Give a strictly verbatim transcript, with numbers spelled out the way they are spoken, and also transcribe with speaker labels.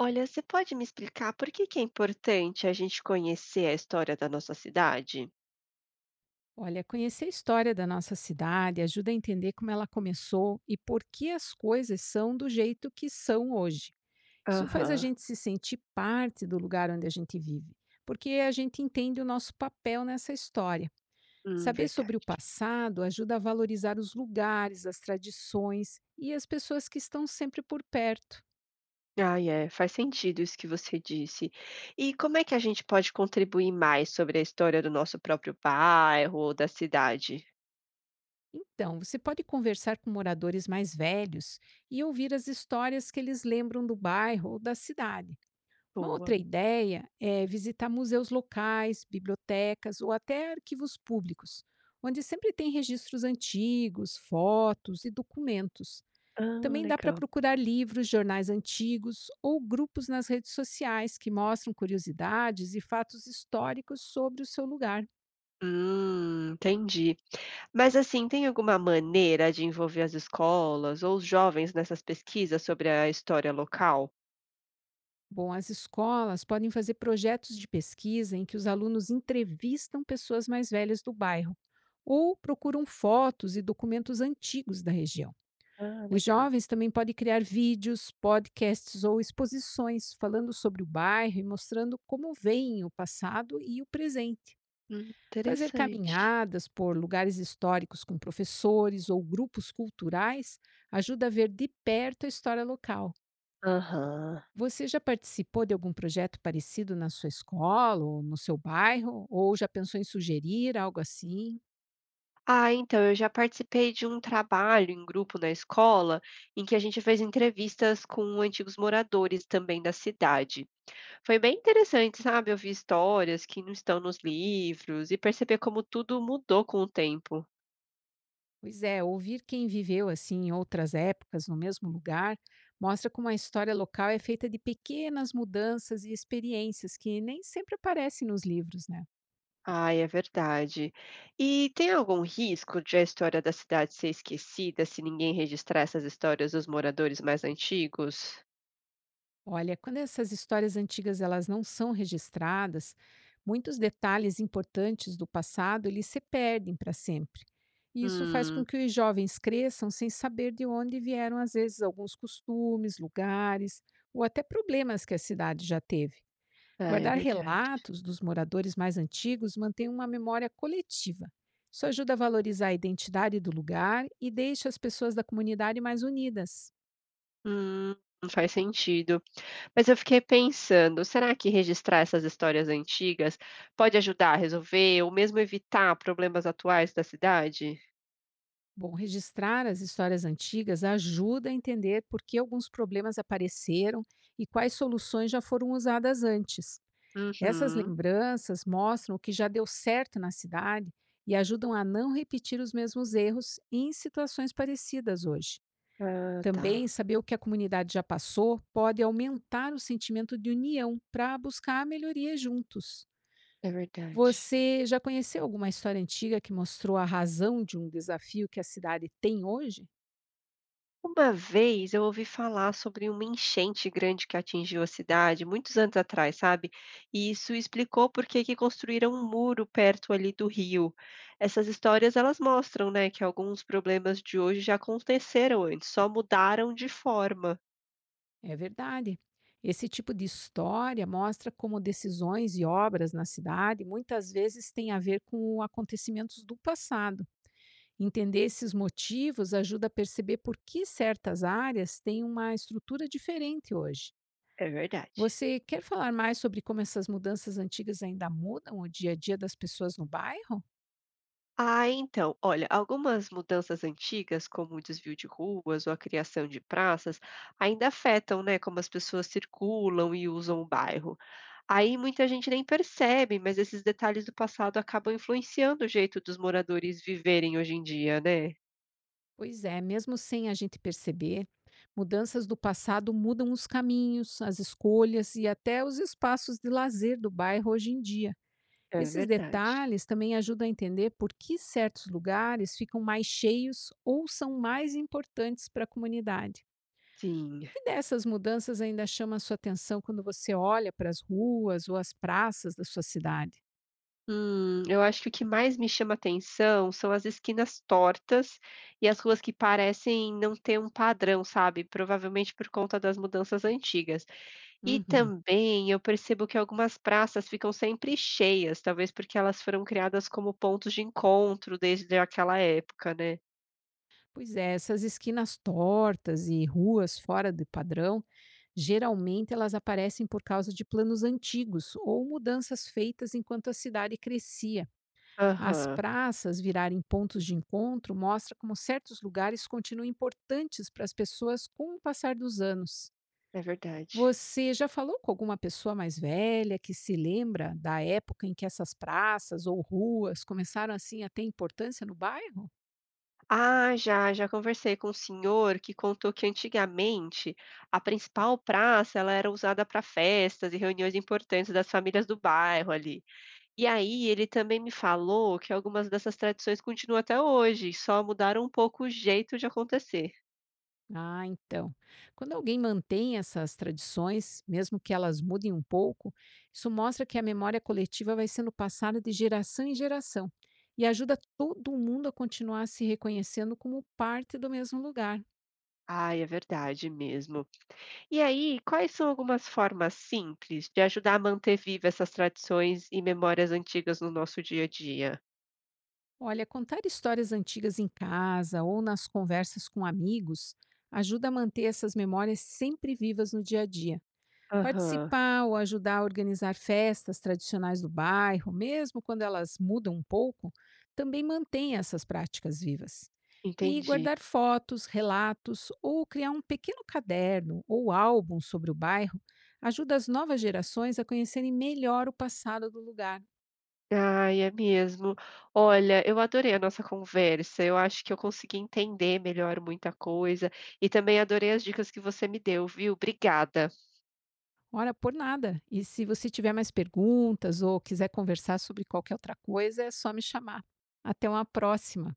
Speaker 1: Olha, você pode me explicar por que que é importante a gente conhecer a história da nossa cidade?
Speaker 2: Olha, conhecer a história da nossa cidade ajuda a entender como ela começou e por que as coisas são do jeito que são hoje. Isso faz a
Speaker 1: Aham,
Speaker 2: gente se sentir parte do lugar onde a gente vive, porque a gente entende o nosso papel nessa história.
Speaker 1: hum,
Speaker 2: Saber sobre
Speaker 1: verdade.
Speaker 2: o passado ajuda a valorizar os lugares, as tradições e as pessoas que estão sempre por perto.
Speaker 1: Ai, é, faz sentido isso que você disse. E como é que a gente pode contribuir mais sobre a história do nosso próprio bairro ou da cidade?
Speaker 2: Então, você pode conversar com moradores mais velhos e ouvir as histórias que eles lembram do bairro ou da cidade. Uma outra
Speaker 1: Boa.
Speaker 2: ideia é visitar museus locais, bibliotecas ou até arquivos públicos, onde sempre tem registros antigos, fotos e documentos.
Speaker 1: Ah,
Speaker 2: Também dá para
Speaker 1: legal.
Speaker 2: procurar livros, jornais antigos ou grupos nas redes sociais que mostram curiosidades e fatos históricos sobre o seu lugar.
Speaker 1: Hum, entendi. Mas assim, tem alguma maneira de envolver as escolas ou os jovens nessas pesquisas sobre a história local?
Speaker 2: Bom, as escolas podem fazer projetos de pesquisa em que os alunos entrevistam pessoas mais velhas do bairro ou procuram fotos e documentos antigos da região.
Speaker 1: Ah,
Speaker 2: Os
Speaker 1: legal.
Speaker 2: jovens também podem criar vídeos, podcasts ou exposições falando sobre o bairro e mostrando como veem o passado e o presente.
Speaker 1: Hum,
Speaker 2: Fazer
Speaker 1: interessante.
Speaker 2: caminhadas por lugares históricos com professores ou grupos culturais ajuda a ver de perto a história local.
Speaker 1: Aham.
Speaker 2: Você já participou de algum projeto parecido na sua escola ou no seu bairro? Ou já pensou em sugerir algo assim?
Speaker 1: Ah, então, eu já participei de um trabalho em grupo na escola, em que a gente fez entrevistas com antigos moradores também da cidade. Foi bem interessante, sabe? Ouvir histórias que não estão nos livros e perceber como tudo mudou com o tempo.
Speaker 2: Pois é, ouvir quem viveu assim em outras épocas no mesmo lugar mostra como a história local é feita de pequenas mudanças e experiências que nem sempre aparecem nos livros, né?
Speaker 1: Ai, é verdade. E tem algum risco de a história da cidade ser esquecida se ninguém registrar essas histórias dos moradores mais antigos?
Speaker 2: Olha, quando essas histórias antigas elas não são registradas, muitos detalhes importantes do passado eles se perdem para sempre. E isso faz com
Speaker 1: Hum,
Speaker 2: que os jovens cresçam sem saber de onde vieram às vezes alguns costumes, lugares ou até problemas que a cidade já teve.
Speaker 1: ah, é
Speaker 2: Guardar
Speaker 1: verdade.
Speaker 2: relatos dos moradores mais antigos mantém uma memória coletiva. Isso ajuda a valorizar a identidade do lugar e deixa as pessoas da comunidade mais unidas.
Speaker 1: Hum, faz sentido. Mas eu fiquei pensando, será que registrar essas histórias antigas pode ajudar a resolver ou mesmo evitar problemas atuais da cidade?
Speaker 2: Bom, registrar as histórias antigas ajuda a entender por que alguns problemas apareceram e quais soluções já foram usadas antes. Essas
Speaker 1: Uhum.
Speaker 2: lembranças mostram o que já deu certo na cidade e ajudam a não repetir os mesmos erros em situações parecidas hoje.
Speaker 1: Ah,
Speaker 2: Também
Speaker 1: tá.
Speaker 2: saber o que a comunidade já passou pode aumentar o sentimento de união para buscar a melhoria juntos.
Speaker 1: É verdade.
Speaker 2: Você já conheceu alguma história antiga que mostrou a razão de um desafio que a cidade tem hoje?
Speaker 1: Uma vez eu ouvi falar sobre uma enchente grande que atingiu a cidade, muitos anos atrás, sabe? E isso explicou por que que construíram um muro perto ali do rio. Essas histórias, elas mostram, né, que alguns problemas de hoje já aconteceram antes, só mudaram de forma.
Speaker 2: É verdade. Esse tipo de história mostra como decisões e obras na cidade muitas vezes têm a ver com acontecimentos do passado. Entender esses motivos ajuda a perceber por que certas áreas têm uma estrutura diferente hoje.
Speaker 1: É verdade.
Speaker 2: Você quer falar mais sobre como essas mudanças antigas ainda mudam o dia a dia das pessoas no bairro?
Speaker 1: Ah, então, olha, algumas mudanças antigas, como o desvio de ruas ou a criação de praças, ainda afetam, né, como as pessoas circulam e usam o bairro. Aí muita gente nem percebe, mas esses detalhes do passado acabam influenciando o jeito dos moradores viverem hoje em dia, né?
Speaker 2: Pois é, mesmo sem a gente perceber, mudanças do passado mudam os caminhos, as escolhas e até os espaços de lazer do bairro hoje em dia.
Speaker 1: É
Speaker 2: Esses
Speaker 1: verdade.
Speaker 2: detalhes também ajudam a entender por que certos lugares ficam mais cheios ou são mais importantes para a comunidade.
Speaker 1: Sim.
Speaker 2: O que dessas mudanças ainda chama a sua atenção quando você olha para as ruas ou as praças da sua cidade?
Speaker 1: Hum, eu acho que o que mais me chama atenção são as esquinas tortas e as ruas que parecem não ter um padrão, sabe? Provavelmente por conta das mudanças antigas. E
Speaker 2: Uhum.
Speaker 1: também eu percebo que algumas praças ficam sempre cheias, talvez porque elas foram criadas como pontos de encontro desde aquela época, né.
Speaker 2: Pois é, essas esquinas tortas e ruas fora do padrão, geralmente elas aparecem por causa de planos antigos ou mudanças feitas enquanto a cidade crescia. As
Speaker 1: Aham,
Speaker 2: praças virarem pontos de encontro mostra como certos lugares continuam importantes para as pessoas com o passar dos anos.
Speaker 1: é verdade.
Speaker 2: Você já falou com alguma pessoa mais velha que se lembra da época em que essas praças ou ruas começaram assim a ter importância no bairro?
Speaker 1: Ah, já, já conversei com um senhor que contou que antigamente a principal praça ela era usada para festas e reuniões importantes das famílias do bairro ali. E aí ele também me falou que algumas dessas tradições continuam até hoje, só mudaram um pouco o jeito de acontecer.
Speaker 2: Ah, então. Quando alguém mantém essas tradições, mesmo que elas mudem um pouco, isso mostra que a memória coletiva vai sendo passada de geração em geração e ajuda todo mundo a continuar se reconhecendo como parte do mesmo lugar.
Speaker 1: Ai, é verdade mesmo. E aí, quais são algumas formas simples de ajudar a manter viva essas tradições e memórias antigas no nosso dia a dia?
Speaker 2: Olha, contar histórias antigas em casa ou nas conversas com amigos ajuda a manter essas memórias sempre vivas no dia a dia.
Speaker 1: Aham,
Speaker 2: Participar ou ajudar a organizar festas tradicionais do bairro, mesmo quando elas mudam um pouco, também mantém essas práticas vivas. E
Speaker 1: entendi.
Speaker 2: guardar fotos, relatos ou criar um pequeno caderno ou álbum sobre o bairro ajuda as novas gerações a conhecerem melhor o passado do lugar.
Speaker 1: Ai, é mesmo. Olha, eu adorei a nossa conversa. Eu acho que eu consegui entender melhor muita coisa e também adorei as dicas que você me deu, viu? Obrigada.
Speaker 2: Ora, por nada. E se você tiver mais perguntas ou quiser conversar sobre qualquer outra coisa, é só me chamar. Até uma próxima!